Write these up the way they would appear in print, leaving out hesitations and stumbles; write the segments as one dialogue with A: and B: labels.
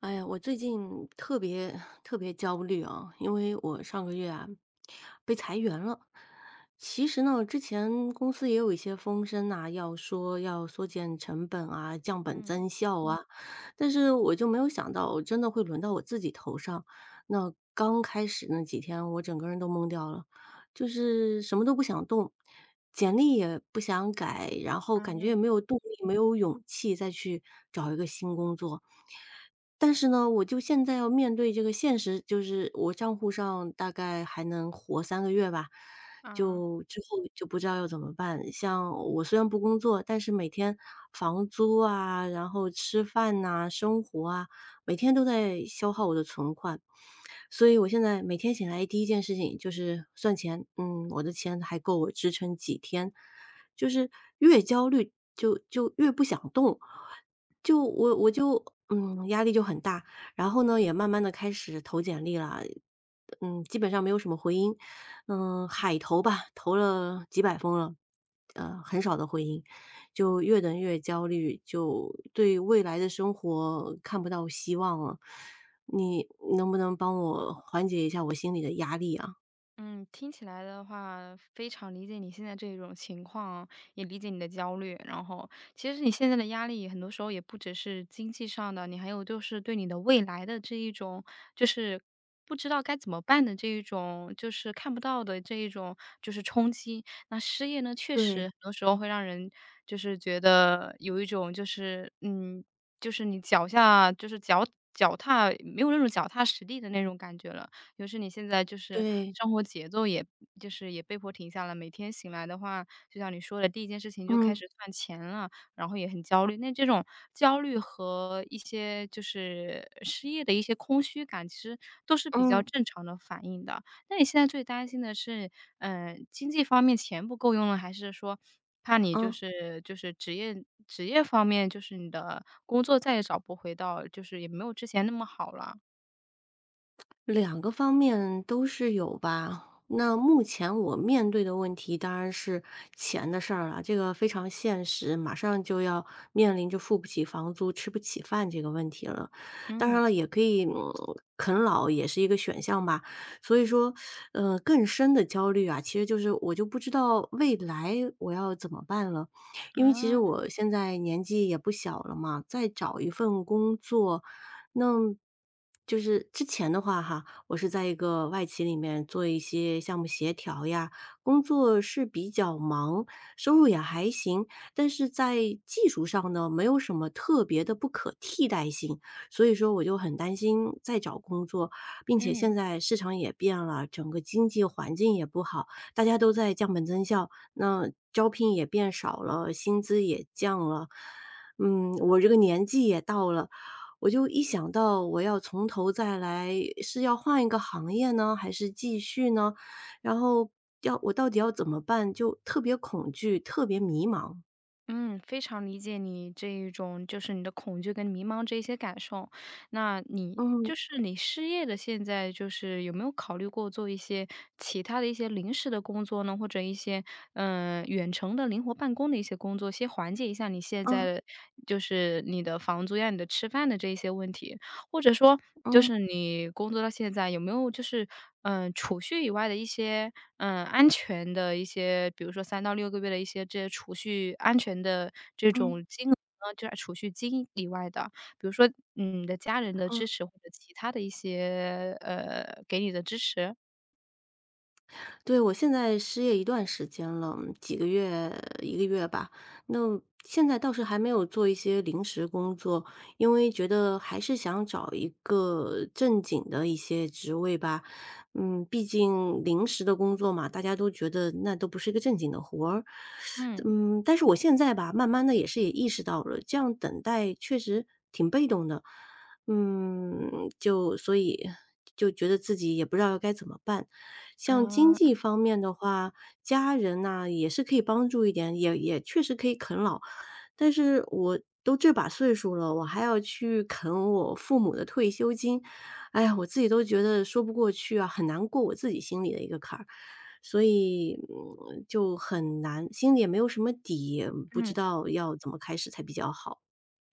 A: 哎呀，我最近特别特别焦虑啊，因为我上个月啊被裁员了。其实呢，之前公司也有一些风声呐、要说要缩减成本啊、降本
B: 嗯，
A: 增效啊，但是我就没有想到，真的会轮到我自己头上。那刚开始那几天，我整个人都懵掉了，就是什么都不想动，简历也不想改，然后感觉也
B: 啊
A: 没有动力、没有勇气再去找一个新工作。但是呢，我就现在要面对这个现实，就是我账户上大概还能活三个月吧，
B: 啊，
A: 就之后就不知道要怎么办。像我虽然不工作，但是每天房租啊，然后吃饭呐、生活啊，每天都在消耗我的存款。所以我现在每天醒来第一件事情就是算钱，我的钱还够我支撑几天，就是越焦虑就越不想动，就我就压力就很大，然后呢也慢慢的开始投简历了，基本上没有什么回音，海投吧，投了几百封了，很少的回音，就越等越焦虑，就对未来的生活看不到希望了。你能不能帮我缓解一下我心里的压力啊？
B: 嗯，听起来的话，非常理解你现在这种情况，也理解你的焦虑。然后，其实你现在的压力，很多时候也不只是经济上的，你还有就是对你的未来的这一种，就是不知道该怎么办的这一种，就是看不到的这一种，就是冲击。那失业呢，确
A: 对，
B: 实
A: 对。
B: 很多时候会让人就是觉得有一种就是你脚下就是脚踏没有那种脚踏实地的那种感觉了。就是你现在就是生活节奏也就是也被迫停下了，每天醒来的话，就像你说的，第一件事情就开
A: 嗯，
B: 始算钱了，然后也很焦虑。那这种焦虑和一些就是失业的一些空虚感，其实都是比较
A: 嗯，
B: 正常的反应的。那你现在最担心的是，经济方面钱不够用了，还是说怕你就
A: 嗯。
B: 是就是职业方面，就是你的工作再也找不回到，就是也没有之前那么好了？
A: 两个方面都是有吧。那目前我面对的问题当然是钱的事儿了，这个非常现实，马上就要面临着付不起房租、吃不起饭这个问题了。当
B: 嗯
A: 然了，也可以啃老也是一个选项吧。所以说，更深的焦虑啊，其实就是我就不知道未来我要怎么办了，因为其实
B: 啊，
A: 我现在年纪也不小了嘛，再找一份工作。那就是之前的话哈，我是在一个外企里面做一些项目协调呀，工作是比较忙，收入也还行，但是在技术上呢，没有什么特别的不可替代性，所以说我就很担心再找工作，并且
B: 嗯。
A: 现在市场也变了，整个经济环境也不好，大家都在降本增效，那招聘也变少了，薪资也降了。我这个年纪也到了，我就一想到我要从头再来，是要换一个行业呢，还是继续呢？然后要我到底要怎么办？就特别恐惧，特别迷茫。
B: 嗯，非常理解你这一种就是你的恐惧跟迷茫这一些感受。那你
A: 嗯
B: 就是你失业的现在就是有没有考虑过做一些其他的一些临时的工作呢？或者一些，远程的灵活办公的一些工作，先缓解一下你现在
A: 嗯
B: 的就是你的房租呀、你的吃饭的这一些问题？或者说就
A: 嗯
B: 是你工作到现在有没有就是，储蓄以外的一些，安全的一些，比如说3到6个月的一些这些储蓄安全的这种
A: 嗯
B: 金额呢，就是储蓄金以外的，比如说，嗯，你的家人的支
A: 嗯。
B: 持或者其他的一些，给你的支持？
A: 对，我现在失业一段时间了，几个月一个月吧。那现在倒是还没有做一些临时工作，因为觉得还是想找一个正经的一些职位吧。毕竟临时的工作嘛，大家都觉得那都不是一个正经的活儿。
B: 嗯，
A: 但是我现在吧，慢慢的也是也意识到了，这样等待确实挺被动的。就所以就觉得自己也不知道该怎么办。像经
B: 嗯
A: 济方面的话，家人呐，也是可以帮助一点，也确实可以啃老。但是我都这把岁数了，我还要去啃我父母的退休金，哎呀，我自己都觉得说不过去啊，很难过我自己心里的一个坎儿。所以，就很难，心里也没有什么底，不
B: 嗯。
A: 知道要怎么开始才比较好。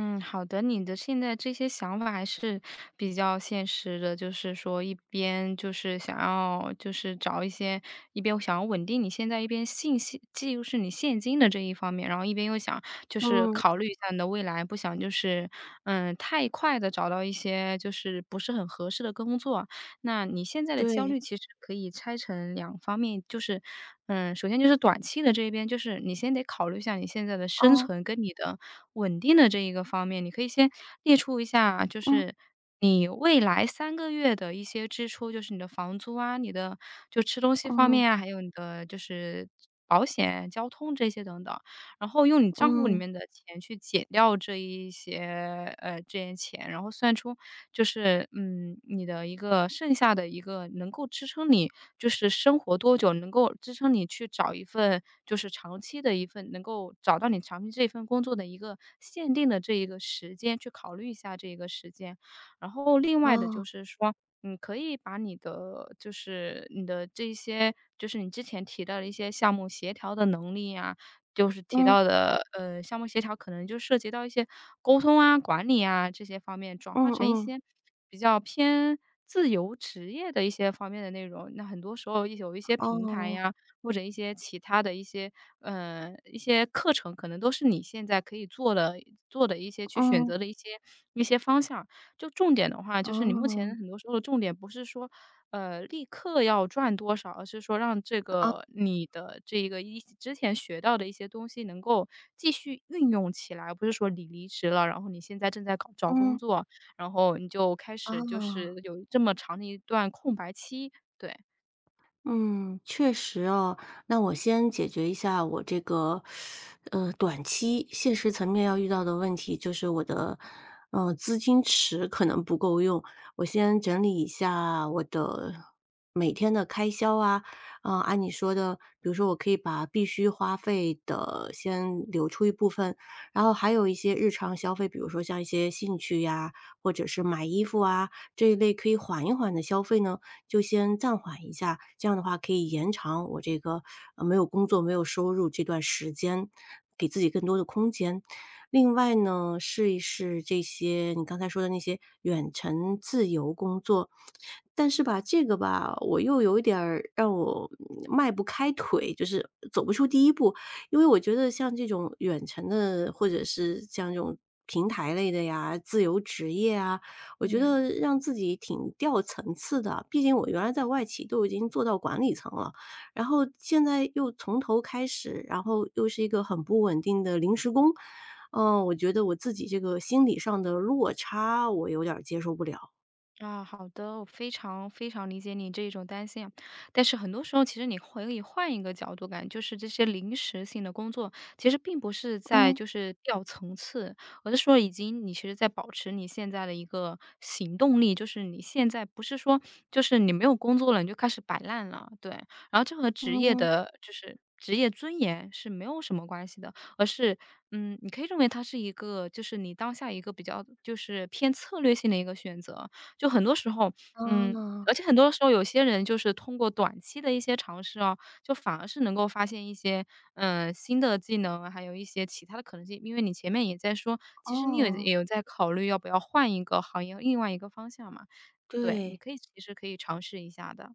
B: 嗯，好的，你的现在这些想法还是比较现实的，就是说一边就是想要就是找一些，一边想要稳定你现在一边信息既又是你现金的这一方面，然后一边又想就是
A: 嗯，
B: 考虑一下你的未来，不想就是太快的找到一些就是不是很合适的工作。那你现在的焦虑
A: 对，
B: 其实可以拆成两方面，就是嗯，首先就是短期的这一边，就是你先得考虑一下你现在的生
A: 哦，
B: 存跟你的稳定的这一个方面，你可以先列出一下，就
A: 嗯。
B: 是你未来3个月的一些支出，就是你的房租啊，你的就吃东西方
A: 嗯，
B: 面啊，还有你的就是保险、交通这些等等。然后用你账户里
A: 嗯，
B: 面的钱去减掉这一些这些钱，然后算出就是，嗯，你的一个剩下的一个能够支撑你就是生活多久，能够支撑你去找一份就是长期的一份能够找到你长期这一份工作的一个限定的这一个时间，去考虑一下这一个时间。然后另外的
A: 哦，
B: 就是说，你可以把你的就是你的这一些就是你之前提到的一些项目协调的能力呀，就是提
A: 嗯，
B: 到的，项目协调可能就涉及到一些沟通啊、管理啊这些方面，转化
A: 嗯
B: 成一
A: 嗯，
B: 些比较偏自由职业的一些方面的内容。那很多时候有一些平台
A: 啊
B: 呀，或者一些其他的一些，一些课程，可能都是你现在可以做的一些去选
A: 嗯，
B: 择的一些一些方向。就重点的话，就是你目
A: 哦，
B: 前很多时候的重点不是说，立刻要赚多少，而是说让这个你的这一个一之前学到的一些东西能够继续运用起来，而不是说你离职了，然后你现在正在搞找工
A: 嗯，
B: 作，然后你就开始就
A: 哦。
B: 是有这么长的一段空白期，对，
A: 嗯，确实哦。那我先解决一下我这个，短期现实层面要遇到的问题，就是我的，资金池可能不够用。我先整理一下我的每天的开销啊，啊，按你说的，比如说我可以把必须花费的先留出一部分，然后还有一些日常消费，比如说像一些兴趣呀，或者是买衣服啊，这一类可以缓一缓的消费呢，就先暂缓一下，这样的话可以延长我这个，没有工作、没有收入这段时间，给自己更多的空间。另外呢，试一试这些你刚才说的那些远程自由工作，但是吧，这个吧，我又有一点儿让我迈不开腿，就是走不出第一步。因为我觉得像这种远程的，或者是像这种平台类的呀，自由职业啊，我觉
B: 嗯。
A: 得让自己挺掉层次的，毕竟我原来在外企都已经做到管理层了，然后现在又从头开始，然后又是一个很不稳定的临时工，我觉得我自己这个心理上的落差，我有点儿接受不了。
B: 啊，好的，我非常非常理解你这一种担心啊。但是很多时候，其实你可以换一个角度感，就是这些临时性的工作，其实并不是在
A: 嗯
B: 就是掉层次，而是说已经你其实在保持你现在的一个行动力，就是你现在不是说就是你没有工作了，你就开始摆烂了，对。然后这和职业
A: 嗯，
B: 的就是职业尊严是没有什么关系的，而是嗯，你可以认为它是一个就是你当下一个比较就是偏策略性的一个选择，就很多时候，嗯，
A: 啊，
B: 而且很多时候有些人就是通过短期的一些尝试哦，就反而是能够发现一些，新的技能，还有一些其他的可能性。因为你前面也在说，其实你有
A: 哦，
B: 也有在考虑要不要换一个行业，另外一个方向嘛。对，你
A: 对。
B: 可以其实可以尝试一下的，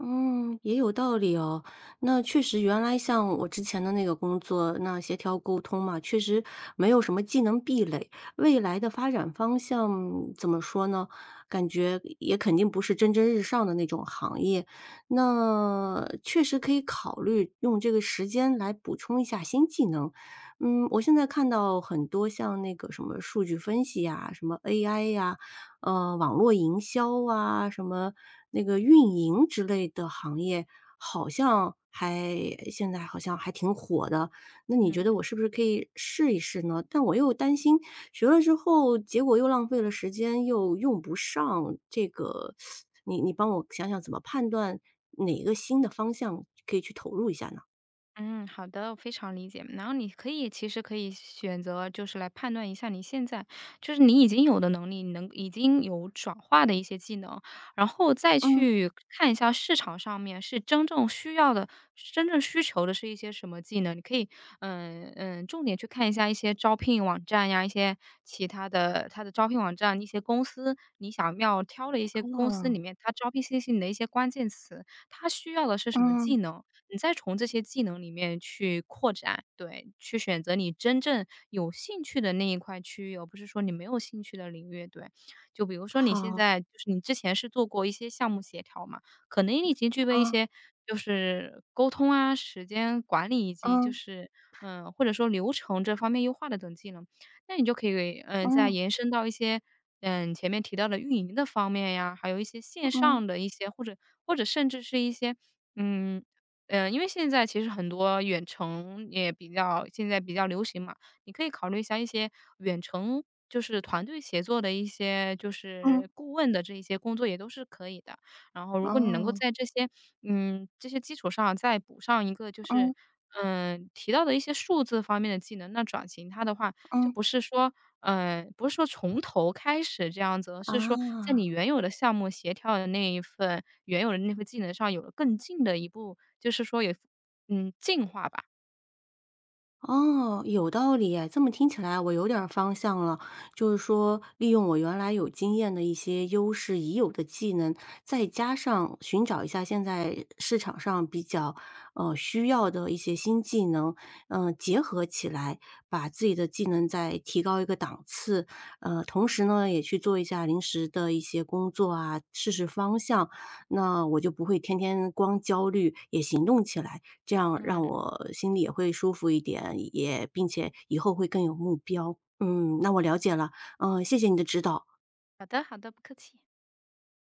A: 嗯，也有道理哦。那确实，原来像我之前的那个工作，那协调沟通嘛，确实没有什么技能壁垒。未来的发展方向怎么说呢？感觉也肯定不是蒸蒸日上的那种行业。那确实可以考虑用这个时间来补充一下新技能。我现在看到很多像那个什么数据分析呀、什么 AI 呀、网络营销啊，什么那个运营之类的行业，好像还现在好像还挺火的。那你觉
B: 嗯。
A: 得我是不是可以试一试呢？但我又担心学了之后，结果又浪费了时间，又用不上。这个，你帮我想想怎么判断哪个新的方向可以去投入一下呢？
B: 嗯，好的，我非常理解。然后你可以其实可以选择，就是来判断一下你现在就是你已经有的能力，你能已经有转化的一些技能，然后再
A: 嗯，
B: 去看一下市场上面是真正需要的、真正需求的是一些什么技能。你可以，嗯嗯，重点去看一下一些招聘网站呀，一些其他的它的招聘网站，一些公司你想要挑的一些公司
A: 哦，
B: 里面，它招聘信息里的一些关键词，它需要的是什么技
A: 嗯，
B: 能。你再从这些技能里面去扩展，对，去选择你真正有兴趣的那一块区域，而不是说你没有兴趣的领域，对。就比如说你现
A: 好，
B: 在就是你之前是做过一些项目协调嘛，可能你已经具备一
A: 啊，
B: 些就是沟通啊、时间管理以及就
A: 嗯，
B: 是或者说流程这方面优化的等技能，那你就可以再
A: 嗯，
B: 延伸到一些嗯前面提到的运营的方面呀，还有一些线
A: 嗯，
B: 上的一些或者甚至是一些嗯嗯，因为现在其实很多远程也比较现在比较流行嘛，你可以考虑一下一些远程就是团队协作的一些就
A: 嗯，
B: 是顾问的这一些工作也都是可以的。然后如果你能够
A: 哦，
B: 在这些，嗯，这些基础上再补上一个就是，
A: 嗯，
B: 嗯，提到的一些数字方面的技能，那转型它的话，就
A: 嗯，
B: 不是说嗯，不是说从头开始这样子，而是说在你
A: 啊。
B: 原有的项目协调的那一份原有的那份技能上有了更进的一步，就是说有，嗯，进化吧。
A: 哦，有道理哎这么听起来我有点儿方向了。就是说，利用我原来有经验的一些优势已有的技能，再加上寻找一下现在市场上比较需要的一些新技能，结合起来，把自己的技能再提高一个档次。同时呢，也去做一下临时的一些工作啊，试试方向，那我就不会天天光焦虑，也行动起来。这样让
B: 嗯，
A: 我心里也会舒服一点，也并且以后会更有目标。嗯，那我了解了，谢谢你的指导。
B: 好的好的，不客气。